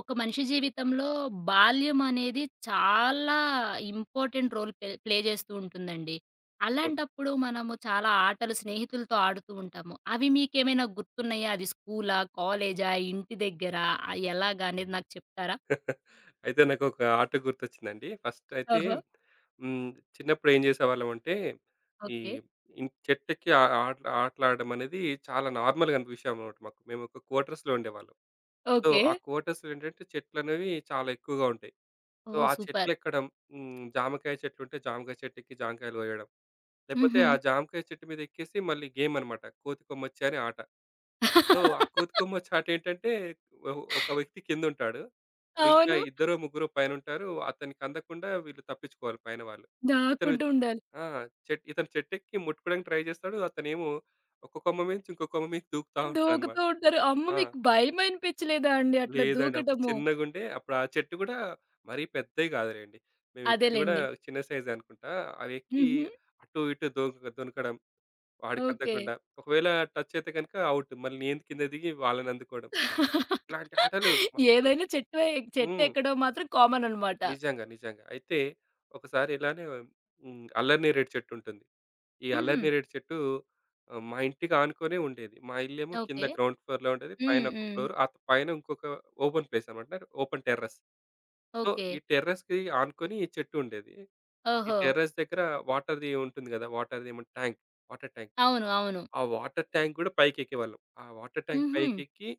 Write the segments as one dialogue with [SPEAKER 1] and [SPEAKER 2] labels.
[SPEAKER 1] ఒక మనిషి జీవితంలో బాల్యం అనేది చాలా ఇంపార్టెంట్ రోల్ ప్లే ప్లే చేస్తూ ఉంటుందండి.
[SPEAKER 2] అవును.
[SPEAKER 1] అలాంటప్పుడు మనము చాలా ఆటలు స్నేహితులతో ఆడుతూ ఉంటాము. అవి మీకేమైనా గుర్తున్నాయా? అది స్కూలా? కాలేజా? ఇంటి దగ్గరా? ఎలాగా అనేది నాకు చెప్తారా?
[SPEAKER 2] అయితే నాకొక ఆట గుర్తొచ్చిందండి. ఫస్ట్ అయితే
[SPEAKER 1] ఆహా!
[SPEAKER 2] హ్మ్. చిన్నప్పుడు ఏం చేసేవాళ్ళమంటే ఈ
[SPEAKER 1] ఓకే.
[SPEAKER 2] ఇన్ చెట్టుకి ఆ ఆటలు ఆటలాడడం అనేది చాలా నార్మల్‌గా విషయం అన్నమాట మాకు. మేము ఒక క్వార్టర్స్‌లో ఉండేవాళ్ళం. So,
[SPEAKER 1] okay.
[SPEAKER 2] ఆ క్వార్టర్స్‌లో ఏంటంటే చెట్లనేవి చాలా ఎక్కువగా ఉంటాయి. So,
[SPEAKER 1] oh!
[SPEAKER 2] ఆ
[SPEAKER 1] సూపర్.
[SPEAKER 2] చెట్లెక్కడం. జామకాయ చెట్లుంటే జామకాయ చెట్టుకి జామకాయలు కోయడం. లేకపోతే
[SPEAKER 1] హుహు.
[SPEAKER 2] ఆ జామకాయ చెట్టు మీద ఎక్కేసి మళ్ళీ గేమ్ అన్నమాట, కోతి కొమ్మచ్చి అనే ఆట. సో, ఆ కోతికొమ్మ చాటేంటంటే ఒ ఒక వ్యక్తి కిందుంటాడు. మిగతా
[SPEAKER 1] అవును.
[SPEAKER 2] ఇద్దరో, ముగ్గురో పైనుంటారు. అతనికి అందకుండా వీళ్ళు తప్పించుకోవాలి పైన వాళ్ళు. ఇతను
[SPEAKER 1] దాక్కుంటూ ఉండాలి.
[SPEAKER 2] ఆ! ఇతను చెట్టెక్కి ముట్టుకోవడానికి ట్రై చేస్తాడు. అతనేమో ఒక కొమ్మ మీద నుంచి ఇంకో కొమ్మ మీదకి దూకుతా ఉంటాడనమాట.
[SPEAKER 1] దూకుతూ ఉంటారు. అమ్మ,
[SPEAKER 2] ఆ!
[SPEAKER 1] మీకు భయమనిపించలేదా అండి అట్లా
[SPEAKER 2] లేదండి. అప్పుడు
[SPEAKER 1] దూకటము?
[SPEAKER 2] చిన్నగుండే, అప్పుడు ఆ చెట్టు గూడా మరీ పెద్దవి కాదులెండి. మేము ఎక్కింది గూడా
[SPEAKER 1] అదేలెండి.
[SPEAKER 2] చిన్న సైజే అనుకుంటా. అవి ఎక్కి
[SPEAKER 1] హుహు.
[SPEAKER 2] అటు, ఇటు దొనకడం
[SPEAKER 1] ఓకే.
[SPEAKER 2] వాడికందకుండా. ఒకవేళ టచ్ అయితే గనుక ఔట్. మళ్ళీ నేను కింద దిగి వాళ్ళని అందుకోవడం. ఇట్లాంటి ఆటలు మస్తు.
[SPEAKER 1] ఏదైనా చెట్టు ఎ
[SPEAKER 2] హ్మ్.
[SPEAKER 1] చెట్టెక్కడం మాత్రం కామన్ అనమాట.
[SPEAKER 2] నిజంగా. నిజంగా. అయితే ఒకసారి ఇలానే అల్లరినేరేడు చెట్టు ఉంటుంది. ఈ
[SPEAKER 1] హుహు.
[SPEAKER 2] అల్లరినేరేడు చెట్టు మా ఇంటికి ఆనుకునే ఉండేది. మా ఇల్లేమో కింద
[SPEAKER 1] ఓకే.
[SPEAKER 2] గ్రౌండ్ ఫ్లోర్‌లో ఉండేది. పైన
[SPEAKER 1] హ్మ్.
[SPEAKER 2] ఒక
[SPEAKER 1] హ్మ్.
[SPEAKER 2] ఫ్లోర్. ఆ పైన ఇంకొక ఓపెన్ ప్లేస్ అన్నమాట, ఓపెన్ టెర్రస్. So,
[SPEAKER 1] okay.
[SPEAKER 2] ఈ టెర్రస్‌కి ఆనుకొని ఈ చెట్టు ఉండేది. ఈ
[SPEAKER 1] ఓహో!
[SPEAKER 2] టెర్రస్ దగ్గర వాటర్‌ది ఉంటుంది గదా! వాటర్‌ది ఏమంటే ట్యాంక్, వాటర్ ట్యాంక్.
[SPEAKER 1] అవును. అవును.
[SPEAKER 2] ఆ వాటర్ ట్యాంక్ గూడా పైకెక్కేవాళ్ళం. ఆ వాటర్ ట్యాంక్
[SPEAKER 1] హుహు.
[SPEAKER 2] పైకెక్కి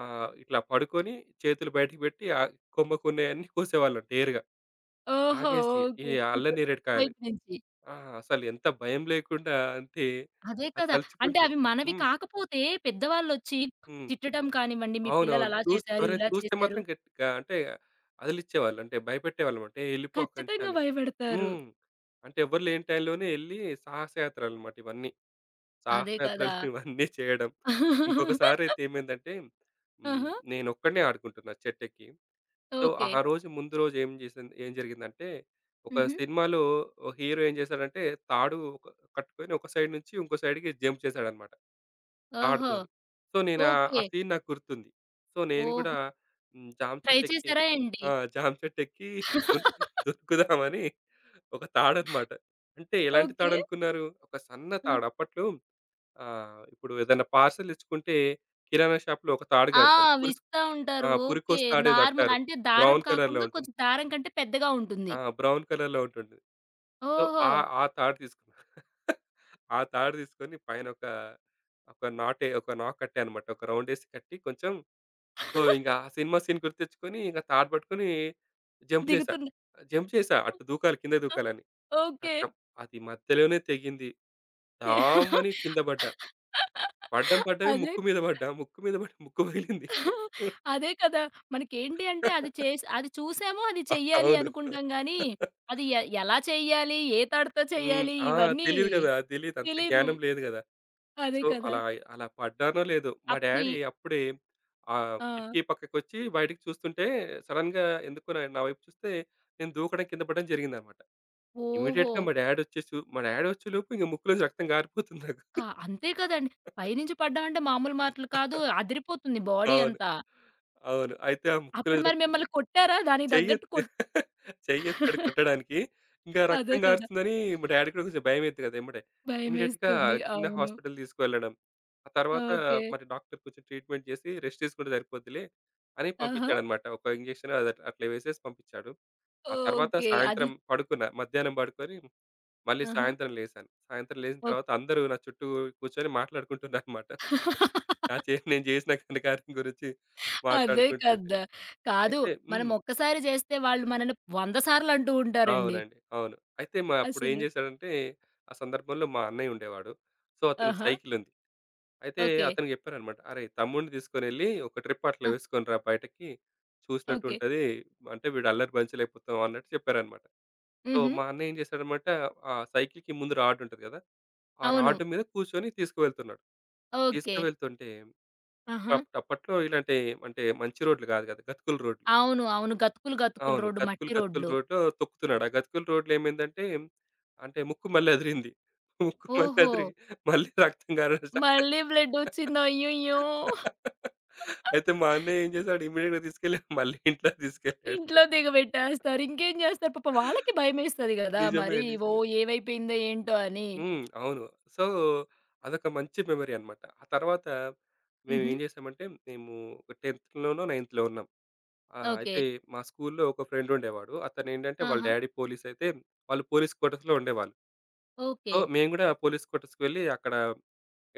[SPEAKER 2] ఆ! ఇట్లా పడుకొని చేతులు బయటికి పెట్టి కొమ్మకున్నాయన్నీ కోసేవాళ్ళం నేరుగా.
[SPEAKER 1] ఓహో!
[SPEAKER 2] నాగేసి ఈ
[SPEAKER 1] ఓకే.
[SPEAKER 2] అల్ల
[SPEAKER 1] ఇటు
[SPEAKER 2] నేరేడుకాయలు.
[SPEAKER 1] వైపు నుంచి.
[SPEAKER 2] ఆ! అసలెంత భయం లేకుండా అంటే
[SPEAKER 1] అదే
[SPEAKER 2] అది
[SPEAKER 1] కదా! అంటే
[SPEAKER 2] తలుచుకుంటే.
[SPEAKER 1] అవి మనవి
[SPEAKER 2] హ్మ్.
[SPEAKER 1] కాకపోతే పెద్దవాళ్ళొచ్చి
[SPEAKER 2] హ్మ్.
[SPEAKER 1] తిట్టటం కానివ్వండి, మీ పిల్లలు
[SPEAKER 2] అవునవును.
[SPEAKER 1] అలా
[SPEAKER 2] చూస్తే
[SPEAKER 1] చేశారు,
[SPEAKER 2] ఎవరైనా
[SPEAKER 1] ఇలా
[SPEAKER 2] చూస్తే
[SPEAKER 1] చేశారు.
[SPEAKER 2] మాత్రం గట్టిగా అంటే అదిలిచ్చేవాళ్ళు. అంటే భయపెట్టేవాళ్ళన్నమాట. "ఏయ్! ఎళ్ళిపో అక్కడి నుంచి"
[SPEAKER 1] ఖచ్చితంగా
[SPEAKER 2] అని.
[SPEAKER 1] భయపెడతారు.
[SPEAKER 2] హ్మ్. అంటే ఎవరు లేని టైంలోనే ఎళ్లి సాహసయాత్రలన్నమాట ఇవన్నీ.
[SPEAKER 1] అదే కదా!
[SPEAKER 2] సాహసయాత్రలు ఇవన్నీ చేయడం. ఇంకొకసారయితే ఏమైందంటే, హ్మ్.
[SPEAKER 1] ఆహా!
[SPEAKER 2] నేనొక్కడినే ఆడుకుంటున్నా చెట్టెక్కి. So,
[SPEAKER 1] okay.
[SPEAKER 2] ఆ రోజు ముందు రోజు ఏం చేసింది, ఏం జరిగిందంటే, ఒక
[SPEAKER 1] హుహు.
[SPEAKER 2] సినిమాలో ఓ హీరో ఏం చేశాడంటే, తాడు ఒక కట్టుకొని ఒక సైడ్ నుంచి ఇంకో సైడ్‌కి జంప్ చేశాడనమాట
[SPEAKER 1] ఓహో!
[SPEAKER 2] తాడుతోని. సో, నేను ఆ
[SPEAKER 1] ఓకే.
[SPEAKER 2] సీన్ నాకు గుర్తుంది. సో, నేను కూడా
[SPEAKER 1] ఓహో!
[SPEAKER 2] జామ
[SPEAKER 1] ట్రై
[SPEAKER 2] చెట్టెక్కి
[SPEAKER 1] చేసారా ఏంటి?
[SPEAKER 2] ఆ! జామ చెట్టెక్కి దూకుదామని ఒక తాడనమాట. అంటే ఎలాంటి
[SPEAKER 1] ఓకే.
[SPEAKER 2] తాడనుకున్నారు? ఒక సన్న
[SPEAKER 1] హ్మ్.
[SPEAKER 2] తాడు. అప్పట్లో ఇప్పుడు ఏదైనా పార్సెల్ తెచ్చుకుంటే కిరాణా షాప్‌లో ఒక తాడు
[SPEAKER 1] ఆ!
[SPEAKER 2] కడతారు.
[SPEAKER 1] విస్తా
[SPEAKER 2] ఆ!
[SPEAKER 1] ఉంటారు. ఓకే.
[SPEAKER 2] పురికోస్ తాడేదో
[SPEAKER 1] నార్మల్
[SPEAKER 2] అంటారు.
[SPEAKER 1] అంటే దారం
[SPEAKER 2] బ్రౌన్ కలర్‌లో
[SPEAKER 1] కాకుండా
[SPEAKER 2] ఉంటుంది.
[SPEAKER 1] కొంచెం దారం కంటే పెద్దగా ఉంటుంది.
[SPEAKER 2] ఆ! బ్రౌన్ కలర్‌లో ఉంటుంది. సో,
[SPEAKER 1] ఓహో!
[SPEAKER 2] ఆ ఆ తాడు తీసుకున్నా. ఆ తాడు తీసుకొని పైన ఒక, ఒక నాటే ఒక నాక్ కట్టానన్నమాట. ఒక రౌండేసి కట్టి కొంచెం. సో, ఇంక ఆ సినిమా సీన్ గుర్తిచ్చుకొని ఇంక తాడు పట్టుకొని జంప్ చేశా.
[SPEAKER 1] దిగుతున్న
[SPEAKER 2] జంప్ చేశా. అటు దూకాలి, కిందకి
[SPEAKER 1] ఆ!
[SPEAKER 2] దూకాలని.
[SPEAKER 1] ఓకే.
[SPEAKER 2] కతం అది మధ్యలోనే తెగింది. ఢామని కింద పడ్డా. పడ్డం పడ్డమే
[SPEAKER 1] అదే
[SPEAKER 2] ముక్కు మీద పడ్డా. ముక్కు మీద పడి ముక్కు పగిలింది.
[SPEAKER 1] అదే కదా! మనకేంటి అంటే అది చేసి అది చూసాము అది చెయ్యాలి
[SPEAKER 2] అవును.
[SPEAKER 1] అనుకుంటాం గానీ, అది ఎలా చెయ్యాలి? ఏ తాడుతో చెయ్యాలి?
[SPEAKER 2] ఆ!
[SPEAKER 1] ఇవన్నీ
[SPEAKER 2] తెలీదు కదా! తెలీదు. అంత
[SPEAKER 1] తెలీదు.
[SPEAKER 2] జ్ఞానం లేదు కదా!
[SPEAKER 1] అదే
[SPEAKER 2] సో,
[SPEAKER 1] కదా!
[SPEAKER 2] అలా అలా పడ్డానో లేదో, మా
[SPEAKER 1] అప్పుడు ఈ
[SPEAKER 2] డ్యాడీ అప్పుడే
[SPEAKER 1] ఆ!
[SPEAKER 2] కిటికీ పక్కకొచ్చి బయటికి చూస్తుంటే సడెన్‌గా ఎందుకో నా నా వైపు చూస్తే నేను దూకడం కింద పడడం జరిగిందనమాట.
[SPEAKER 1] ఓహో!
[SPEAKER 2] ఇమ్మీడియేట్‌గా మా డ్యాడీ వచ్చేసి మా డ్యాడీ వచ్చేలోపు ఇంక ముక్కులోంచి రక్తం గారిపోతుంది నాకు.
[SPEAKER 1] కా అంతే కదండీ. పైనుంచి పడ్డామంటే మామూలు మాటలు కాదు. అదిరిపోతుంది బాడీ
[SPEAKER 2] అవును.
[SPEAKER 1] అంతా.
[SPEAKER 2] అవును. అయితే ఆ
[SPEAKER 1] అప్పుడు
[SPEAKER 2] ముక్కులోంచి
[SPEAKER 1] మరి
[SPEAKER 2] రక్తం.
[SPEAKER 1] మిమ్మల్ని కొట్టారా? దానికి తగ్గట్టు
[SPEAKER 2] చెయ్యెత్తి
[SPEAKER 1] కొట్
[SPEAKER 2] చెయ్యెత్తాడు కొట్టడానికి. ఇంకా
[SPEAKER 1] అదే
[SPEAKER 2] రక్తం
[SPEAKER 1] కదా!
[SPEAKER 2] గారుతుందని మా డ్యాడీ కూడా కొంచెం భయమైద్ది గదా! ఎమ్మటే. ఇమ్మీడియేట్‌గా
[SPEAKER 1] భయమేస్తుంది.
[SPEAKER 2] చిన్న
[SPEAKER 1] అవును.
[SPEAKER 2] హాస్పిటల్ తీసుకువెళ్ళడం. ఆ తర్వాత
[SPEAKER 1] ఓకే.
[SPEAKER 2] మరి డాక్టర్ కొంచెం ట్రీట్‌మెంట్ చేసి రెస్ట్ తీసుకుంటే సరిపోద్దిలే అని
[SPEAKER 1] ఆహా!
[SPEAKER 2] పంపించాడన్నమాట. ఒక ఇంజెక్షన్ అది అట్లా వేసేసి పంపించాడు. ఆ తర్వాత
[SPEAKER 1] ఓకే. అది
[SPEAKER 2] సాయంత్రం పడుకున్నా. మధ్యాహ్నం పడుకొని మళ్ళీ
[SPEAKER 1] ఆహా!
[SPEAKER 2] సాయంత్రం లేసాను. సాయంత్రం లేసిన
[SPEAKER 1] ఓకే.
[SPEAKER 2] తర్వాత అందరూ నా చుట్టూ కూర్చొని మాట్లాడుకుంటున్నారన్నమాట. నా చే నేను చేసిన ఘనకార్యం గురించి
[SPEAKER 1] అదే
[SPEAKER 2] మాట్లాడుకుంటుంటే.
[SPEAKER 1] కదా! కాదు.
[SPEAKER 2] అయితే
[SPEAKER 1] మనం ఒక్కసారి చేస్తే వాళ్ళు మనల్ని 100 సార్లు అంటూ ఉంటారండి.
[SPEAKER 2] అవునండి. అవును. అయితే మా అప్పుడేం
[SPEAKER 1] అసలు.
[SPEAKER 2] చేశాడంటే, ఆ సందర్భంలో మా అన్నయ్య ఉండేవాడు. సో, అతనికి
[SPEAKER 1] ఆహా!
[SPEAKER 2] సైకిలుంది. అయితే
[SPEAKER 1] ఓకే.
[SPEAKER 2] అతనికి చెప్పాననమాట. "అరేయ్! తమ్ముడిని తీసుకొనెళ్ళి ఒక ట్రిప్ అట్లా
[SPEAKER 1] ఆ!
[SPEAKER 2] వేసుకొనిరా బయటకి.
[SPEAKER 1] ఓకే.
[SPEAKER 2] చూసినట్టుంటది. అంటే వీడు అల్లరి బంచలయిపోతాం" అన్నట్టు చెప్పారనమాట. సో,
[SPEAKER 1] హుహు.
[SPEAKER 2] మా అన్నయ్య ఏం చేశాడనమాట, ఆ సైకిల్‌కి ముందు రాడుంటది కదా! ఆ
[SPEAKER 1] అవును.
[SPEAKER 2] రాడ్ మీద కూర్చొని తీసుకువెళ్తున్నాడు.
[SPEAKER 1] ఓకే.
[SPEAKER 2] తీసుకువెళ్తుంటే
[SPEAKER 1] ఆహా!
[SPEAKER 2] అప్పట్లో ఇలాంటి అంటే మంచి రోడ్లు కాదు కదా! గతుకుల రోడ్లు.
[SPEAKER 1] అవును. అవును. గతుకులు గతుకులు
[SPEAKER 2] అవును.
[SPEAKER 1] రోడ్డు
[SPEAKER 2] గతుకులు
[SPEAKER 1] మట్టి
[SPEAKER 2] గతుకులు
[SPEAKER 1] రోడ్లు.
[SPEAKER 2] రోడ్‌లో తొక్కుతున్నాడు. ఆ గతుకుల రోడ్‌లో ఏమైందంటే, అంటే ముక్కు మళ్ళీ అదిరింది. ముక్కు మళ్ళీ
[SPEAKER 1] ఓహో!
[SPEAKER 2] అదిరి మళ్ళీ రక్తం కారడం స్టార్ట్ అయింది.
[SPEAKER 1] మళ్ళీ బ్లడొచ్చిందో అయ్యయ్యో!
[SPEAKER 2] అయితే మా అన్నయ్య ఏం చేసాడు, ఇమ్మీడియేట్‌గా తీసుకెళ్ళి మళ్ళీ ఇంట్లోకి తీసుకెళ్ళాడు.
[SPEAKER 1] ఇంట్లో దిగబెట్టేస్తారు. ఇంకేం జేస్తారు పాపం వాళ్ళకి భయమేస్తది గదా!
[SPEAKER 2] నిజమే.
[SPEAKER 1] మరి ఓ
[SPEAKER 2] నిజమే.
[SPEAKER 1] ఏమైపోయిందో ఏంటో అని.
[SPEAKER 2] అవును. సో, అదొక మంచి మెమరీ అన్నమాట. ఆ తర్వాత మేము
[SPEAKER 1] హుహు.
[SPEAKER 2] ఏం చేసామంటే, మేము 10థ్‌లోనో, 9థ్‌లో ఉన్నాం.
[SPEAKER 1] ఓకే.
[SPEAKER 2] అయితే మా స్కూల్‌లో ఒక ఫ్రెండ్ ఉండేవాడు. అతనేంటంటే వాళ్ళ
[SPEAKER 1] ఆహా!
[SPEAKER 2] డ్యాడీ పోలీస్ అయితే, వాళ్ళు పోలీస్ క్వార్టర్స్‌లో ఉండేవాళ్ళు. So,
[SPEAKER 1] okay.
[SPEAKER 2] మేము గూడా పోలీస్ క్వార్టర్స్‌కి వెళ్లి అక్కడ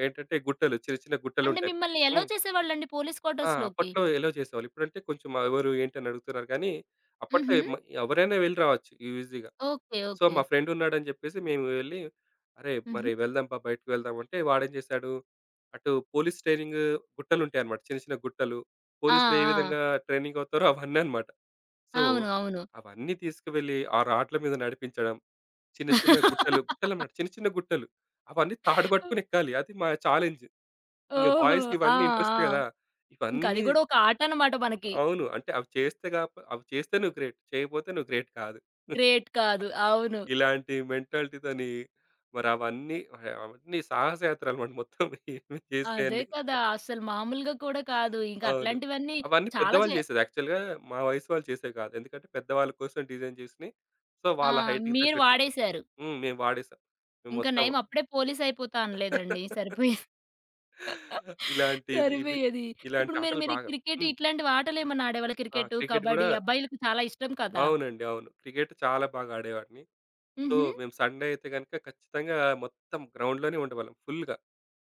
[SPEAKER 2] ఏంటంటే గుట్టలు, చిన్న చిన్న
[SPEAKER 1] అంటే
[SPEAKER 2] గుట్టలుంటాయి.
[SPEAKER 1] మిమ్మల్ని ఎలో
[SPEAKER 2] హ్మ్.
[SPEAKER 1] చేసేవాళ్ళండి పోలీస్
[SPEAKER 2] ఆ!
[SPEAKER 1] క్వార్టర్స్‌లోకి?
[SPEAKER 2] అప్పట్లో ఎలో చేసేవాళ్ళు. ఇప్పుడంటే కొంచెం ఎవరు ఏంటని అడుగుతున్నారు కానీ, అప్పట్లో
[SPEAKER 1] హుహు.
[SPEAKER 2] ఎవరైనా వెళ్లి రావచ్చు ఈజీగా.
[SPEAKER 1] ఓకే.
[SPEAKER 2] So,
[SPEAKER 1] okay.
[SPEAKER 2] మా ఫ్రెండ్ ఉన్నాడని చెప్పేసి మేము వెళ్లి, "అరే!
[SPEAKER 1] హుహు.
[SPEAKER 2] మరి వెళ్దాం పా, బయటికి వెళ్దాం" అంటే వాడేం చేశాడు, అటు పోలీస్ ట్రైనింగ్ గుట్టలుంటాయన్నమాట. చిన్న చిన్న గుట్టలు.
[SPEAKER 1] ఆ!
[SPEAKER 2] పోలీసులు ఏ
[SPEAKER 1] ఆ!
[SPEAKER 2] విధంగా ట్రైనింగ్ అవుతారో అవన్నీ అన్నమాట. సో,
[SPEAKER 1] అవును. అవును.
[SPEAKER 2] అవన్నీ తీసుకువెళ్లి ఆ రాడ్ల మీద నడిపించడం. చిన్న చిన్న గుట్టలు, గుట్టలన్నమాట. చిన్న చిన్న గుట్టలు. అవన్నీ తాడు పట్టుకొని ఎక్కాలి. అది మా ఛాలెంజ్. ఇంక
[SPEAKER 1] ఓహో!
[SPEAKER 2] బాయ్స్‌కి
[SPEAKER 1] ఆ!
[SPEAKER 2] ఇవన్నీ ఇంట్రెస్ట్
[SPEAKER 1] ఆ!
[SPEAKER 2] కదా!
[SPEAKER 1] ఇంక అది
[SPEAKER 2] ఇవన్నీ
[SPEAKER 1] గూడా ఒక ఆట అన్నమాట మనకి.
[SPEAKER 2] అవును. అంటే అవి చేస్తే నువ్వు గ్రేట్. చేయకపోతే నువ్వు గ్రేట్ కాదు.
[SPEAKER 1] గ్రేట్ కాదు. అవును.
[SPEAKER 2] ఇలాంటి మెంటాలిటీతోని మరి అవన్నీ అవన్నీ సాహసయాత్రలన్నమాట మొత్తం మేము
[SPEAKER 1] అదే
[SPEAKER 2] చేసినయన్నీ.
[SPEAKER 1] కదా! అసలు మామూలుగా కూడా కాదు. ఇంక
[SPEAKER 2] అవును.
[SPEAKER 1] అట్లాంటివన్నీ
[SPEAKER 2] అవన్నీ
[SPEAKER 1] చాలా
[SPEAKER 2] పెద్దవాళ్ళు
[SPEAKER 1] చే
[SPEAKER 2] చేసేది. యాక్చువల్‌గా మా వయసు వాళ్ళు చేసేవి కాదు. ఎందుకంటే పెద్దవాళ్ళ కోసం డిజైన్ చేసినయి. సో,
[SPEAKER 1] ఆ!
[SPEAKER 2] వాళ్ళ హైట్‌కి
[SPEAKER 1] మీరు
[SPEAKER 2] తగ్గట్టు
[SPEAKER 1] వాడేశారు.
[SPEAKER 2] మేము వాడేసాం. మేము
[SPEAKER 1] ఇంక
[SPEAKER 2] మొత్తం
[SPEAKER 1] నయం అప్పుడే పోలీస్ అయిపోతా అనలేదండి. సరిపోయేది.
[SPEAKER 2] ఇలాంటిది ఇవి
[SPEAKER 1] సరిపోయేది.
[SPEAKER 2] ఇలాంటి
[SPEAKER 1] ఇప్పుడు మీరు
[SPEAKER 2] ఆటలు
[SPEAKER 1] మీరు
[SPEAKER 2] బాగా.
[SPEAKER 1] క్రికెట్
[SPEAKER 2] హ్మ్.
[SPEAKER 1] ఇట్లాంటి ఆటలేమన్నా ఆడేవాళ్ళా?
[SPEAKER 2] ఆ!
[SPEAKER 1] క్రికెట్టు,
[SPEAKER 2] క్రికెట్ గూడా
[SPEAKER 1] కబడ్డీ అబ్బాయిలకి చాలా ఇష్టం కదా!
[SPEAKER 2] అవునండి. అవును. క్రికెట్ చాలా బాగా ఆడేవాడిని. సో,
[SPEAKER 1] హుహు.
[SPEAKER 2] మేము సండే అయితే గనుక ఖచ్చితంగా మొత్తం గ్రౌండ్‌లోనే ఉండేవాళ్ళం ఫుల్‌గా.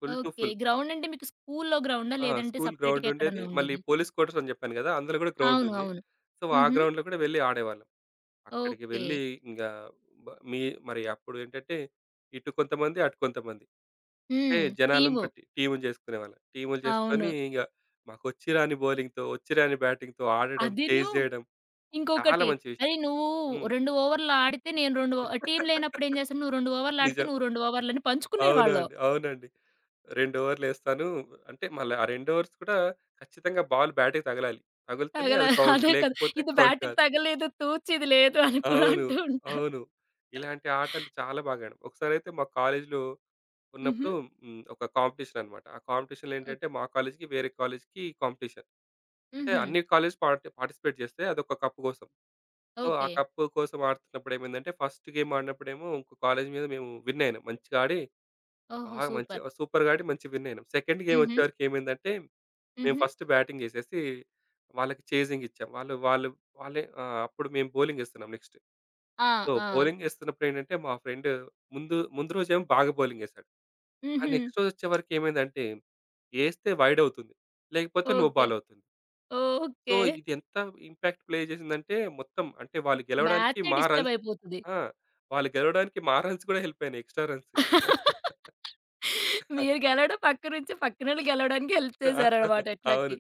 [SPEAKER 2] Full to
[SPEAKER 1] okay.
[SPEAKER 2] Full.
[SPEAKER 1] Ground అంటే మీకు స్కూల్లో గ్రౌండా?
[SPEAKER 2] ఆ!
[SPEAKER 1] లేదంటే
[SPEAKER 2] స్కూల్ గ్రౌండ్
[SPEAKER 1] సెపరేట్‌గా
[SPEAKER 2] ఉండేది.
[SPEAKER 1] ఎక్కడన్నా
[SPEAKER 2] మళ్ళీ
[SPEAKER 1] ఉండేది?
[SPEAKER 2] పోలీస్ క్వార్టర్స్ అని జెప్పాను గదా! అందులో గూడా గ్రౌండ్
[SPEAKER 1] అవును.
[SPEAKER 2] ఉంది.
[SPEAKER 1] అవును.
[SPEAKER 2] సో, ఆ
[SPEAKER 1] హుహు.
[SPEAKER 2] గ్రౌండ్‌లో కూడా వెళ్లి ఆడేవాళ్ళం. అక్కడికి
[SPEAKER 1] ఓకే.
[SPEAKER 2] వెళ్లి ఇంగా బ మీ మరి అప్పుడు ఏంటంటే, ఇటు కొంతమంది, అటు కొంతమంది. అంటే
[SPEAKER 1] హ్మ్.
[SPEAKER 2] జనాలను
[SPEAKER 1] టీము.
[SPEAKER 2] బట్టి టీములు జేసుకునేవాళ్ళం. టీములు జేసుకొని
[SPEAKER 1] అవును.
[SPEAKER 2] ఇంగ మాకొచ్చి రాని బౌలింగ్‌తో, వచ్చి రాని బ్యాటింగ్‌తో ఆడడం,
[SPEAKER 1] అదిను
[SPEAKER 2] చేజ్ జేయడం, చాలా
[SPEAKER 1] ఇంకొకటి
[SPEAKER 2] మంచి విషయం.
[SPEAKER 1] అరే నువ్వు
[SPEAKER 2] హ్మ్.
[SPEAKER 1] 2 ఓవర్లు ఆడితే నేను 2 ఓ టీమ్ లేనప్పుడు ఏం చేస్తాం? నువ్వు 2 ఓవర్లు ఆడితే
[SPEAKER 2] నిజం.
[SPEAKER 1] నువ్వు 2 ఓవర్లని పంచుకునేవాళ్ళం.
[SPEAKER 2] అవునండి. అవునండి. 2 ఓవర్‌లేస్తాను. అంటే మళ్ళీ ఆ 2 ఓవర్స్ కూడా ఖచ్చితంగా బాల్ బ్యాట్‌కి తగలాలి. తగులుతేనే
[SPEAKER 1] తగల
[SPEAKER 2] అది కౌంట్.
[SPEAKER 1] అదే కదా!
[SPEAKER 2] లేకపోతే
[SPEAKER 1] ఇది
[SPEAKER 2] కౌంట్
[SPEAKER 1] బ్యాట్‌కి
[SPEAKER 2] కాదు.
[SPEAKER 1] తగలలేదు, తూచిది లేదు అని కూడా
[SPEAKER 2] అవును.
[SPEAKER 1] అంటూ ఉంటారు.
[SPEAKER 2] అవును. ఇలాంటి ఆటలు చాలా బాగా ఆడాం. ఒకసారైతే మా కాలేజీలో
[SPEAKER 1] హుహు.
[SPEAKER 2] ఉన్నప్పుడు ఒక కాంపిటీషన్ అన్నమాట. ఆ కాంపిటీషన్‌లో
[SPEAKER 1] ఓక్
[SPEAKER 2] ఏంటంటే మా కాలేజ్‌కి వేరే కాలేజ్‌కి కాంపిటీషన్. అంటే
[SPEAKER 1] హుహు.
[SPEAKER 2] అన్ని కాలేజ్ పార్టిసిపేట్ చేస్తాయి. అదొక కప్ కోసం. సో, ఆ
[SPEAKER 1] ఓకే.
[SPEAKER 2] కప్ కోసం ఆడుతున్నప్పుడు ఏమైందంటే ఫస్ట్ గేమ్ ఆడినప్పుడేమో ఇంకో కాలేజ్ మీద మేము విన్ అయినాం. మంచిగా ఆడి
[SPEAKER 1] ఓహో!
[SPEAKER 2] బాగా
[SPEAKER 1] సూపర్.
[SPEAKER 2] మంచిగా సూపర్‌గా ఆడి మంచిగా విన్ అయినాం. సెకండ్ గేమ్
[SPEAKER 1] హుహు.
[SPEAKER 2] వచ్చేవరకు ఏమైందంటే మేము
[SPEAKER 1] హుహు.
[SPEAKER 2] ఫస్ట్ బ్యాటింగ్ చేసేసి వాళ్ళకి చేజింగ్ ఇచ్చాం. వాళ్ళు వాళ్ళు వాళ్ళే అప్పుడు మేము బౌలింగ్ ఏస్తున్నాం నెక్స్ట్.
[SPEAKER 1] ఆ!
[SPEAKER 2] సో,
[SPEAKER 1] ఆ!
[SPEAKER 2] బౌలింగ్ ఏస్తున్నప్పుడు ఏంటంటే మా ఫ్రెండ్ ముందు ముందు రోజేమో బాగా బౌలింగ్ ఏసాడు. ఆ
[SPEAKER 1] హుహు.
[SPEAKER 2] నెక్స్ట్ రోజు వచ్చేవరకు ఏమైందంటే ఏస్తే వైడ్ అవుతుంది. లేకపోతే నో
[SPEAKER 1] ఓకే.
[SPEAKER 2] బాల్ అవుతుంది. So,
[SPEAKER 1] okay.
[SPEAKER 2] ఇది ఎంత ఇంపాక్ట్ ప్లే చేసిందంటే మొత్తం అంటే వాళ్ళు గెలవడానికి
[SPEAKER 1] మ్యాచే
[SPEAKER 2] మా
[SPEAKER 1] డిస్టర్బ్
[SPEAKER 2] రన్స్,
[SPEAKER 1] అయిపోతది.
[SPEAKER 2] ఆ! వాళ్ళు గెలవడానికి మా రన్స్ కూడా హెల్ప్ అయినాయి. Extra runs.
[SPEAKER 1] మీరు గెలవడం పక్క నుంచి పక్కనోళ్ళు గెలవడానికి హెల్ప్ చేశారన్నమాట
[SPEAKER 2] అవును.
[SPEAKER 1] ఇట్లకి.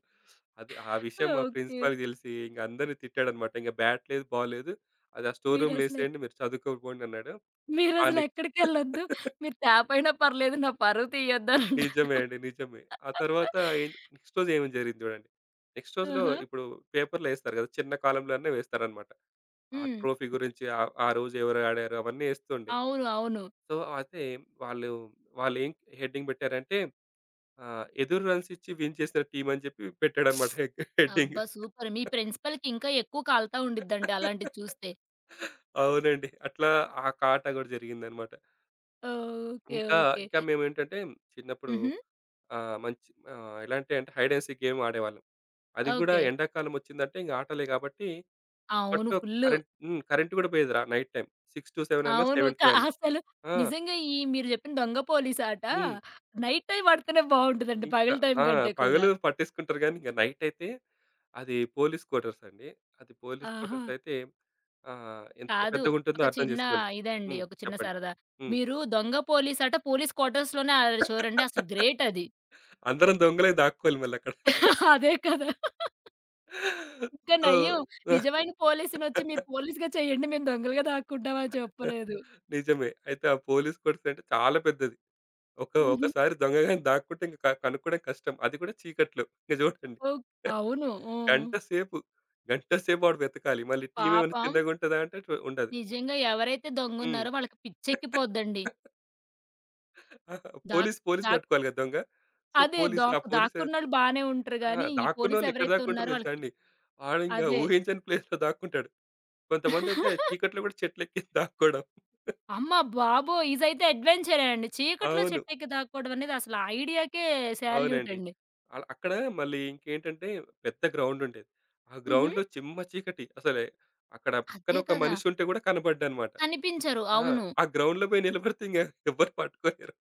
[SPEAKER 2] అది, ఆ విషయం మా
[SPEAKER 1] ఓకే.
[SPEAKER 2] ప్రిన్సిపాల్‌కి తెలిసి ఇంక అందరిని తిట్టాడన్నమాట. ఇంక బ్యాట్ లేదు, బాల్ లేదు. అది ఆ స్టోర్ రూమ్‌లో
[SPEAKER 1] మీరసలెక్
[SPEAKER 2] ఏసేయండి, మీరు చదువుకోకపోండి అన్నాడు. ఆ
[SPEAKER 1] మీరసలు
[SPEAKER 2] నెక్స్ట్
[SPEAKER 1] ఎక్కడికెళ్ళొద్దు. మీరు ట్యాపయినా పర్లేదు. నా పరువు తీయొద్దని అంటారు.
[SPEAKER 2] నిజమే అండి. నిజమే. ఆ తర్వాత ఏం నెక్స్ట్ రోజు ఏమేం జరిగింది చూడండి. నెక్స్ట్ రోజులో
[SPEAKER 1] ఆహా!
[SPEAKER 2] ఇప్పుడు పేపర్‌లో ఏస్తారు కదా! చిన్న కాలమ్‌లోనే వేస్తారనమాట. ఆ
[SPEAKER 1] హ్మ్.
[SPEAKER 2] ట్రోఫీ గురించి ఆ రోజు ఎవరు ఆడారు అవన్నీ ఏస్తుండే.
[SPEAKER 1] అవును. అవును.
[SPEAKER 2] సో, అయితే వాళ్ళు వాళ్ళేం హెడ్డింగ్ పెట్టారంటే ఎదురు రన్స్ ఇచ్చి విన్ చేసిన టీమ్ అని చెప్పి పెట్టాడనమాట హెడ్డింగ్.
[SPEAKER 1] అబ్బా! సూపర్. మీ ప్రిన్సిపల్‌కి ఇంకా ఎక్కువ కాలుతా ఉండిద్దండి అలాంటిది చూస్తే.
[SPEAKER 2] అవునండి. అట్లా ఆ కాట కూడా జరిగిందనమాట.
[SPEAKER 1] ఓకే.
[SPEAKER 2] ఇంకా,
[SPEAKER 1] ఓకే.
[SPEAKER 2] ఇంకా మేమేంటంటే చిన్నప్పుడు
[SPEAKER 1] హుహు.
[SPEAKER 2] మంచి ఎలా అంటే అంటే హైడ్ అండ్ సీక్ గేమ్ ఆడేవాళ్ళం. అది గూడా
[SPEAKER 1] ఓకే.
[SPEAKER 2] ఎండాకాలం ఒచ్చిందంటే ఇంగ ఆటలే గాబట్టి,
[SPEAKER 1] అవును.
[SPEAKER 2] అప్పట్లో
[SPEAKER 1] ఫుల్లు.
[SPEAKER 2] కరెంట్ కరెంట్ గూడా పోయేదిరా నైట్ టైమ్. 6-7 అన్నా, 7-2 అన్నా.
[SPEAKER 1] అవును.
[SPEAKER 2] సెవెన్
[SPEAKER 1] క
[SPEAKER 2] టు అయినా
[SPEAKER 1] అసలు
[SPEAKER 2] ఆ!
[SPEAKER 1] నిజంగా ఈ మీరు చెప్పిన దొంగ పోలీస్ ఆట
[SPEAKER 2] హ్మ్.
[SPEAKER 1] నైట్ టైమ్ ఆడితేనే బావుంటదండి.
[SPEAKER 2] ఇంకా
[SPEAKER 1] పగలు టైం
[SPEAKER 2] ఆ!
[SPEAKER 1] కంటే కూడా.
[SPEAKER 2] పగలు పట్టేసుకుంటారు గానీ, ఇంక నైట్ అయితే అది పోలీస్ క్వార్టర్స్ అండి. అది పోలీస్
[SPEAKER 1] ఆహా!
[SPEAKER 2] క్వార్టర్స్ అయితే ఎంత
[SPEAKER 1] కాదు.
[SPEAKER 2] పెద్దగుంటుందో
[SPEAKER 1] ఒక
[SPEAKER 2] అర్థం
[SPEAKER 1] చిన్న
[SPEAKER 2] జేసుకోండి.
[SPEAKER 1] ఇదండి. ఒక చిన్న
[SPEAKER 2] చెప్పండి.
[SPEAKER 1] సరదా.
[SPEAKER 2] హ్మ్.
[SPEAKER 1] మీరు దొంగ పోలీస్ ఆట పోలీస్ క్వార్టర్స్‌లోనే ఆడారు చూడండి. అసలు గ్రేట్ అది.
[SPEAKER 2] అందరం దొంగలై దాక్కోవాలి మళ్ళక్కడ.
[SPEAKER 1] అదే కదా! ఇంకా
[SPEAKER 2] సో
[SPEAKER 1] నయం. నిజమైన పోలీసునొచ్చి మీరు పోలీస్‌గా చేయండి. మేము దొంగలుగా దాక్కుంటాం అని చెప్పలేదు.
[SPEAKER 2] నిజమే. అయితే ఆ పోలీస్ క్వార్టర్స్ అంటే చాలా పెద్దది.
[SPEAKER 1] హుహు.
[SPEAKER 2] ఒకసారి దొంగగాని దాక్కుంటే ఇంక కనుక్కోవడం కష్టం. అది కూడా చీకట్లో. ఇంక చూడండి.
[SPEAKER 1] ఓహ్! అవును. హ్మ్.
[SPEAKER 2] గంట సేపు, గంట సేపు వాడు వెతకాలి. మళ్ళీ టీమ్ ఏమైనా
[SPEAKER 1] పాపం
[SPEAKER 2] చిన్నగుంటదా అంటే టు ఉండదు.
[SPEAKER 1] నిజంగా ఎవరైతే
[SPEAKER 2] హ్మ్.
[SPEAKER 1] దొంగున్నారో వాళ్ళకి పిచ్చెక్కిపోద్దండి. దాక్
[SPEAKER 2] పోలీస్
[SPEAKER 1] దాక్
[SPEAKER 2] పట్టుకోవాలి కదా దొంగ. సో,
[SPEAKER 1] అదే దాక్
[SPEAKER 2] పోలీస్
[SPEAKER 1] దాక్కున్నోళ్ళు బానే ఉంటారు
[SPEAKER 2] ఆ!
[SPEAKER 1] గానీ, ఈ పోలీస్
[SPEAKER 2] దాక్కున్నోళ్ళు ఎక్కడ
[SPEAKER 1] ఎవరైతే
[SPEAKER 2] దాక్కుంటారో
[SPEAKER 1] ఉన్నారో
[SPEAKER 2] తెలుసా
[SPEAKER 1] వాళ్ళకి
[SPEAKER 2] అండి? వాడింకా
[SPEAKER 1] అదే.
[SPEAKER 2] ఊహించని ప్లేస్‌లో దాక్కుంటాడు. కొంతమందైతే చీకట్లో కూడా చెట్లెక్కి దాక్కోవడం.
[SPEAKER 1] అమ్మ బాబోయ్! ఇదైతే అడ్వెంచరే అండి. చీకట్లో
[SPEAKER 2] అవును.
[SPEAKER 1] చెట్టెక్కి దాక్కోవడం అనేది అసలు ఆ ఐడియాకే సాల్యూట్
[SPEAKER 2] అవునండి.
[SPEAKER 1] అండి.
[SPEAKER 2] అల అక్కడ మళ్ళీ ఇంకేంటంటే పెద్ద గ్రౌండ్ ఉండేది. ఆ
[SPEAKER 1] హుహు.
[SPEAKER 2] గ్రౌండ్‌లో చిమ్మ చీకటి అసలే. అక్కడ
[SPEAKER 1] అదే
[SPEAKER 2] ఒక్కనొక్క
[SPEAKER 1] కదా!
[SPEAKER 2] మనిషి ఉంటే గూడా కనపడ్డనమాట.
[SPEAKER 1] కనిపించరు.
[SPEAKER 2] ఆ!
[SPEAKER 1] అవును.
[SPEAKER 2] ఆ గ్రౌండ్‌లో పోయి నిలబడితే ఇంగ ఎవ్వరు పట్టుకోలేరు.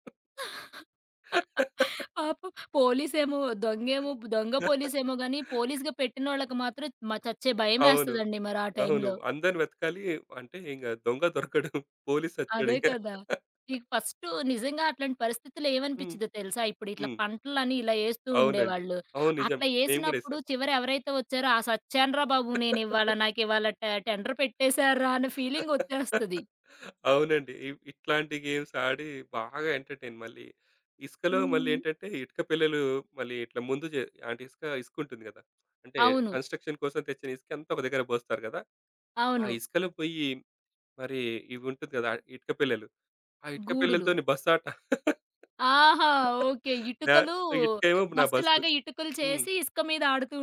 [SPEAKER 1] పాపం పోలీసేమో దొంగేమో దొంగ పోలీసేమో గాని, పోలీస్‌గా పెట్టినోళ్ళకి మాత్రం మ చచ్చే
[SPEAKER 2] అవును.
[SPEAKER 1] భయమేస్తదండి మరి ఆ
[SPEAKER 2] అవును.
[SPEAKER 1] టైంలో.
[SPEAKER 2] అందరిని వెతకాలి, అంటే ఇంగ దొంగ దొరకడు.
[SPEAKER 1] అదే
[SPEAKER 2] పోలీసొచ్చాడింక.
[SPEAKER 1] కదా! మీకు ఫస్టు నిజంగా అట్లాంటి పరిస్థితుల్లో
[SPEAKER 2] హ్మ్.
[SPEAKER 1] ఏమనిపిచ్చిద్దో తెలుసా? ఇప్పుడు ఇట్లా
[SPEAKER 2] హ్మ్.
[SPEAKER 1] పంటలని ఇలా ఏస్తూ
[SPEAKER 2] అవునండి.
[SPEAKER 1] ఉండేవాళ్ళు.
[SPEAKER 2] అవును నిజం.
[SPEAKER 1] అట్లా
[SPEAKER 2] మేము గూడా
[SPEAKER 1] ఏసినప్పుడు చివర ఎవరైతే వచ్చారో, "ఆ సచ్చానురా బాబు నేనివాళ.
[SPEAKER 2] ఏసాం.
[SPEAKER 1] నాకివాళ టెండర్ పెట్టేశార్రా" అన్న ఫీలింగొచ్చేస్తది.
[SPEAKER 2] అవునండి. ఇట్లాంటి గేమ్స్ ఆడి బాగా ఎంటర్‌టైన్ మళ్ళీ. ఇసుకలో మళ్ళీ
[SPEAKER 1] హ్మ్.
[SPEAKER 2] ఏంటంటే ఇటుక పెల్లలు మళ్ళీ ఇట్లా ముందు అంటే ఇసుకుంటుంది గదా! అంటే
[SPEAKER 1] అవును.
[SPEAKER 2] కన్‌స్ట్రక్షన్ కోసం తెచ్చిన ఇసుకంతా ఒక దగ్గర పోస్తారు గదా! ఆ
[SPEAKER 1] అవును.
[SPEAKER 2] ఇసుకలో పోయి మరి ఇవి ఉంటుంది గదా! ఇటుక పెల్లలు. ఆ ఇటుక
[SPEAKER 1] గూడులు.
[SPEAKER 2] పెల్లలతోని బస్సాట.
[SPEAKER 1] ఆహా! ఓకే.
[SPEAKER 2] నా
[SPEAKER 1] ఇటుకలు
[SPEAKER 2] ఇటుకేమో నా బస్సు.
[SPEAKER 1] బస్సులాగా ఇటుకలు
[SPEAKER 2] హ్మ్.
[SPEAKER 1] చేసి ఇసుక మీద ఆడుతూ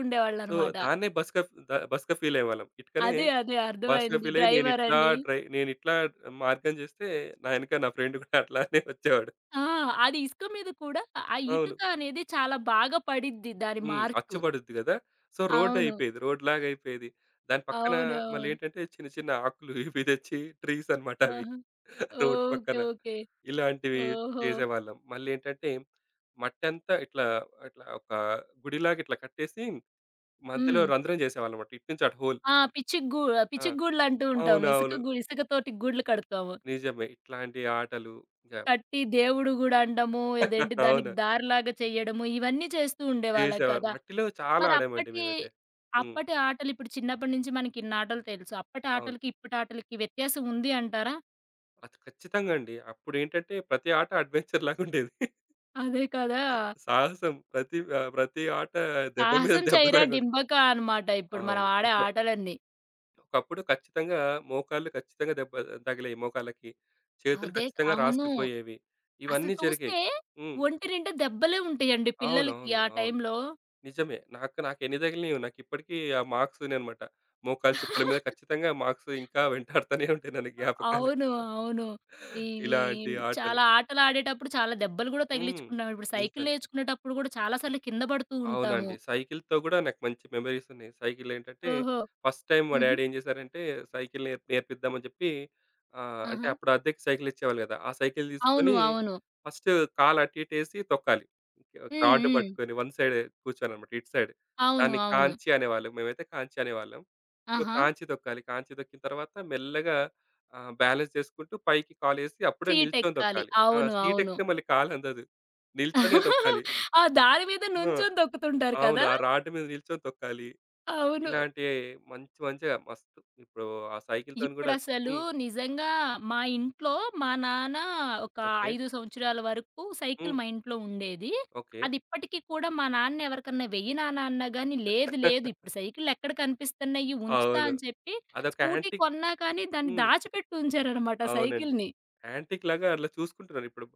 [SPEAKER 2] సో,
[SPEAKER 1] ఉండేవాళ్ళనమాట.
[SPEAKER 2] దాన్నే బస్‌గా ద బస్‌గా ఫీల్ అయ్యేవాళ్ళం. ఇటుకనే
[SPEAKER 1] అదే.
[SPEAKER 2] బస్‌గా
[SPEAKER 1] అర్థమైంది.
[SPEAKER 2] ఫీల్ అయ్యి నేనిట్లా
[SPEAKER 1] డ్రైవరని.
[SPEAKER 2] నేనిట్లా మార్గం చేస్తే నా వెనక నా ఫ్రెండ్ కూడా అట్లానే వచ్చేవాడు.
[SPEAKER 1] ఆ! అది ఇసుక మీద కూడా ఆ
[SPEAKER 2] అవును.
[SPEAKER 1] ఇటుక అనేది చాలా బాగా పడిద్ది దాని
[SPEAKER 2] అచ్చు
[SPEAKER 1] మార్కు.
[SPEAKER 2] పడుద్ది కదా! సో, రోడ్
[SPEAKER 1] అవును.
[SPEAKER 2] అయిపోయేది. రోడ్ లాగా అయిపోయేది. దాని పక్కన మళ్ళీ
[SPEAKER 1] అవునవును.
[SPEAKER 2] ఏంటంటే చిన్న చిన్న ఆకులు ఇవి తెచ్చి ట్రీస్ అన్నమాట అవి.
[SPEAKER 1] ఆహా!
[SPEAKER 2] Road
[SPEAKER 1] okay.
[SPEAKER 2] పక్కన.
[SPEAKER 1] ఓకే.
[SPEAKER 2] ఇలాంటివి
[SPEAKER 1] ఓహో!
[SPEAKER 2] చేసేవాళ్ళం. మళ్ళీ ఏంటంటే మట్టంతా ఇట్లా ఇట్లా ఒక గుడిలాగా ఇట్లా కట్టేసి మధ్యలో
[SPEAKER 1] హ్మ్.
[SPEAKER 2] రంధ్రం చేసేవాళ్ళమన్నమాట. ఇటు నుంచి అటు హోల్.
[SPEAKER 1] ఆ!
[SPEAKER 2] ఆ!
[SPEAKER 1] పిచ్చి‌కి గూడ్లంటూ ఉంటాము.
[SPEAKER 2] అవునవును.
[SPEAKER 1] ఇసుకతోటి గూడ్లు కడతాము.
[SPEAKER 2] నిజమే. ఇట్లాంటి ఆటలు ఇంక
[SPEAKER 1] కట్టి దేవుడు గుడి అనడము, అదేంటి దానికి
[SPEAKER 2] అవును.
[SPEAKER 1] దారిలాగా చేయడము, ఇవన్నీ చేస్తూ ఉండేవాళ్ళం
[SPEAKER 2] చేసేవారు.
[SPEAKER 1] కదా!
[SPEAKER 2] మట్టిలో చాలా ఆడామండి
[SPEAKER 1] మరప్పటి
[SPEAKER 2] మేమైతే. హ్మ్.
[SPEAKER 1] అప్పటి అప్పటి ఆటలు ఇప్పుడు చిన్నప్పటి నుంచి మనకిన్నాటలు తెలుసు. అప్పటి
[SPEAKER 2] అవును.
[SPEAKER 1] ఆటలకి, ఇప్పటి ఆటలకి వ్యత్యాసం ఉంది అంటారా?
[SPEAKER 2] అది ఖచ్చితంగా అండి. అప్పుడేంటంటే ప్రతి ఆట అడ్వెంచర్ లాగుండేది.
[SPEAKER 1] అదే కదా!
[SPEAKER 2] సాహసం ప్రతి ప్రతి ఆట దెబ్బ మీద
[SPEAKER 1] సాహసం చేయరా
[SPEAKER 2] దెబ్బలాగుండేది.
[SPEAKER 1] డింబక అనమాట ఇప్పుడు మనం
[SPEAKER 2] అవును.
[SPEAKER 1] ఆడే ఆటలన్నీ.
[SPEAKER 2] ఒకప్పుడు ఖచ్చితంగా మోకాళ్ళు ఖచ్చితంగా దెబ్బ తగిలేయి మోకాళ్ళకి. చేతులు
[SPEAKER 1] అదే
[SPEAKER 2] ఖచ్చితంగా
[SPEAKER 1] అవును.
[SPEAKER 2] రాసుకుపోయేవి.
[SPEAKER 1] అసలు
[SPEAKER 2] ఇవన్నీ జరిగాయి.
[SPEAKER 1] చూస్తే
[SPEAKER 2] హ్మ్.
[SPEAKER 1] ఒంటి నిండా దెబ్బలే ఉంటాయండి పిల్లలకి
[SPEAKER 2] అవునవును. అవును.
[SPEAKER 1] ఆ
[SPEAKER 2] అవును
[SPEAKER 1] టైంలో.
[SPEAKER 2] నిజమే. నాకు నాకు ఎన్ని తగిలినయో నాకిప్పటికీ ఆ మార్క్స్ ఉన్నాయన్నమాట. మోకాలు చిప్పల మీద ఖచ్చితంగా మార్క్స్ ఇంకా వెంటాడుతూనే ఉంటాయి నన్ను జ్ఞాపకాలు.
[SPEAKER 1] అవును. అవును. ఇవి
[SPEAKER 2] ఇలాంటి ఆటలు.
[SPEAKER 1] చాలా ఆటలాడేటప్పుడు చాలా దెబ్బలు గూడా
[SPEAKER 2] హ్మ్.
[SPEAKER 1] తగిలించుకుంటాం. ఇప్పుడు సైకిల్
[SPEAKER 2] నిజంగా.
[SPEAKER 1] నేర్చుకునేటప్పుడు గూడా చాలా సార్లు కింద పడుతూ ఉంటాము.
[SPEAKER 2] అవునండి. సైకిల్‌తో గూడా నాకు మంచి మెమోరీస్ ఉన్నాయి. సైకిల్ ఏంటంటే,
[SPEAKER 1] ఓహో!
[SPEAKER 2] ఫస్ట్ టైమ్ మా
[SPEAKER 1] హుహు.
[SPEAKER 2] డ్యాడీ ఏం చేశారంటే, సైకిల్ నేర్పిద్దామని చెప్పి అంటే
[SPEAKER 1] ఆహా!
[SPEAKER 2] అప్పుడు అద్దెకి సైకిల్ ఇచ్చేవాళ్ళు కదా! ఆ సైకిల్ తీసుకొని
[SPEAKER 1] అవును. అవును.
[SPEAKER 2] ఫస్ట్ కాలు అటు ఇటు ఏసి తొక్కాలి.
[SPEAKER 1] హ్మ్.
[SPEAKER 2] రాడ్
[SPEAKER 1] హ్మ్.
[SPEAKER 2] పట్టుకొని వన్ సైడ్ కూర్చోవాలనమాట, ఇటు సైడ్.
[SPEAKER 1] అవును.
[SPEAKER 2] దాన్ని
[SPEAKER 1] అవును.
[SPEAKER 2] కాంచి అనేవాళ్ళు. మేమైతే కాంచి అనేవాళ్ళం. సో,
[SPEAKER 1] ఆహా!
[SPEAKER 2] కాంచి తొక్కాలి. కాంచి తొక్కిన తర్వాత మెల్లగా బ్యాలెన్స్ చేసుకుంటూ పైకి కాలేసి అప్పుడే నిల్చొని
[SPEAKER 1] సీటెక్కాలి.
[SPEAKER 2] తొక్కాలి. ఆ!
[SPEAKER 1] అవును. అవును.
[SPEAKER 2] సీటెక్కితే మళ్ళీ కాలందదు. నిల్చొనే తొక్కాలి.
[SPEAKER 1] ఆ దారి మీద
[SPEAKER 2] ఆ!
[SPEAKER 1] నుంచొని తొక్కుతుంటారు
[SPEAKER 2] అవును.
[SPEAKER 1] కదా!
[SPEAKER 2] ఆ రాడ్ మీద నిల్చొని తొక్కాలి.
[SPEAKER 1] అవును.
[SPEAKER 2] ఇలాంటి మంచి మంచిగా మస్తు ఇప్పుడు ఆ సైకిల్‌తోని గూడా.
[SPEAKER 1] ఇప్పుడసలు
[SPEAKER 2] హ్మ్.
[SPEAKER 1] నిజంగా మా ఇంట్లో మా నాన్న ఒక
[SPEAKER 2] ఓకే.
[SPEAKER 1] 5 సంవత్సరాల వరకు సైకిల్
[SPEAKER 2] హ్మ్.
[SPEAKER 1] మా ఇంట్లో ఉండేది.
[SPEAKER 2] ఓకే.
[SPEAKER 1] అది ఇప్పటికి కూడా మా నాన్న ఎవరికన్నా వెయ్యి నాన్న అన్నా గాని, లేదు లేదు ఇప్పుడు సైకిల్లెక్కడ కనిపిస్తున్నాయి ఉంచుతా
[SPEAKER 2] అవును.
[SPEAKER 1] అని చెప్పి
[SPEAKER 2] అదొక
[SPEAKER 1] స్కూటీ
[SPEAKER 2] యాంటిక్.
[SPEAKER 1] కొన్నా కానీ దాన్ని
[SPEAKER 2] హ్మ్.
[SPEAKER 1] దాచిపెట్టి ఉంచారనమాట
[SPEAKER 2] అవునండి.
[SPEAKER 1] సైకిల్‌ని.
[SPEAKER 2] యాంటిక్‌లాగా అట్లా చూసుకుంటున్నారు ఇప్పుడు.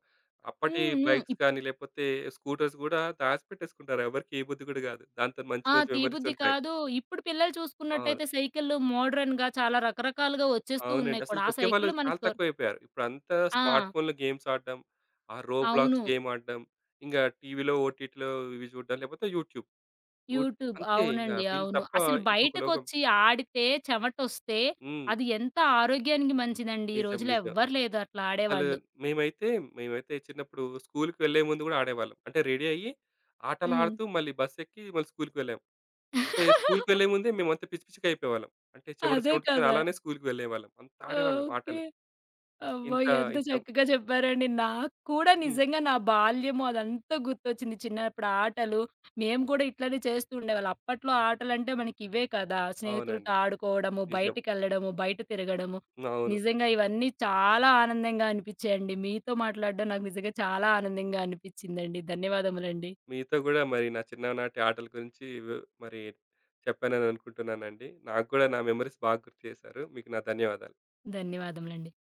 [SPEAKER 2] అప్పటి
[SPEAKER 1] హ్మ్. హ్మ్.
[SPEAKER 2] బైక్స్ కానీ, లేకపోతే స్కూటర్స్ గూడా దాచిపెట్టేసుకుంటారు. ఎవరికీ ఏ బుద్ధి గూడా గాదు. దాంతోని మంచి
[SPEAKER 1] ఆ!
[SPEAKER 2] మంచి మెమోరీస్
[SPEAKER 1] తీబుద్ది
[SPEAKER 2] ఉంటాయి.
[SPEAKER 1] కాదు. ఇప్పుడు పిల్లలు
[SPEAKER 2] అవును.
[SPEAKER 1] చూసుకున్నట్టయితే సైకిల్లు మోడర్న్‌గా చాలా రకరకాలుగా వచ్చేస్తూ
[SPEAKER 2] అవునండి.
[SPEAKER 1] ఉన్నాయి
[SPEAKER 2] అసలు
[SPEAKER 1] కూడా. ఆ
[SPEAKER 2] తొక్కేవాళ్ళు
[SPEAKER 1] సైకిల్లు మనకి
[SPEAKER 2] చాలా
[SPEAKER 1] దొర్
[SPEAKER 2] తక్కువైపోయారు. ఇప్పుడంతా స్మార్ట్
[SPEAKER 1] ఆ!
[SPEAKER 2] ఫోన్‌లో గేమ్స్ ఆడడం, ఆ రోబ్లాక్స్
[SPEAKER 1] అవును.
[SPEAKER 2] గేమ్ ఆడడం, ఇంగా టీవీలో, ఓటీటీలో ఇవి చూడడం, లేకపోతే యూట్యూబ్. Vote
[SPEAKER 1] YouTube.
[SPEAKER 2] అంతే ఇంక
[SPEAKER 1] అవునండి.
[SPEAKER 2] వీళ్ళు
[SPEAKER 1] అవును.
[SPEAKER 2] తప్ప
[SPEAKER 1] అసలు
[SPEAKER 2] ఇంకొక లోకం.
[SPEAKER 1] బయటకొచ్చి ఆడితే చెమటొస్తే
[SPEAKER 2] హ్మ్.
[SPEAKER 1] అది ఎంత ఆరోగ్యానికి మంచిదండి. ఈ
[SPEAKER 2] నిజం.
[SPEAKER 1] రోజుల్లో
[SPEAKER 2] నిజం.
[SPEAKER 1] ఎవ్వరు లేరు అట్లా
[SPEAKER 2] అసలు
[SPEAKER 1] ఆడేవాళ్ళు.
[SPEAKER 2] మేమైతే, మేమైతే చిన్నప్పుడు స్కూలుకి వెళ్ళే ముందు గూడా ఆడేవాళ్ళం. అంటే రెడీ అయ్యి
[SPEAKER 1] హ్మ్.
[SPEAKER 2] ఆటలాడుతూ మళ్ళీ బస్సెక్కి మళ్ళీ స్కూలుకి వెళ్ళాం. అంటే స్కూలుకి వెళ్ళే ముందే మేమంతా పిచ్చి పిచ్చిగా అయిపోయేవాళ్ళం. అంటే
[SPEAKER 1] అదే
[SPEAKER 2] చెమటతోని
[SPEAKER 1] కదా!
[SPEAKER 2] అలానే స్కూలుకి వెళ్ళేవాళ్ళం. అంత ఆడేవాళ్ళం
[SPEAKER 1] ఓకే.
[SPEAKER 2] ఆటలు.
[SPEAKER 1] అబ్బో!
[SPEAKER 2] ఇంత
[SPEAKER 1] ఎంత
[SPEAKER 2] ఇంత
[SPEAKER 1] చక్కగా చెప్పారండి. నాకు కూడా
[SPEAKER 2] హ్మ్.
[SPEAKER 1] నిజంగా నా బాల్యము అదంతా గుర్తొచ్చింది. చిన్నప్పుడు ఆటలు, మేము కూడా ఇట్లనే చేస్తూ ఉండేవాళ్ళం. అప్పట్లో ఆటలంటే మనకి ఇవే కదా! స్నేహితులతో
[SPEAKER 2] అవునండి.
[SPEAKER 1] ఆడుకోవడము,
[SPEAKER 2] నిజం.
[SPEAKER 1] బయటికెళ్ళడము, బయట తిరగడము.
[SPEAKER 2] అవును.
[SPEAKER 1] నిజంగా ఇవన్నీ చాలా ఆనందంగా అనిపిచ్చాయండి. మీతో మాట్లాడడం నాకు నిజంగా చాలా ఆనందంగా అనిపిచ్చిందండి. ధన్యవాదములండి.
[SPEAKER 2] మీతో గూడా మరి నా చిన్ననాటి ఆటల గురించి మరి చెప్పానని అనుకుంటున్నానండి. నాకు గూడా నా మెమోరీస్ బాగా గుర్తు చేశారు. మీకు నా ధన్యవాదాలు.
[SPEAKER 1] ధన్యవాదములండి.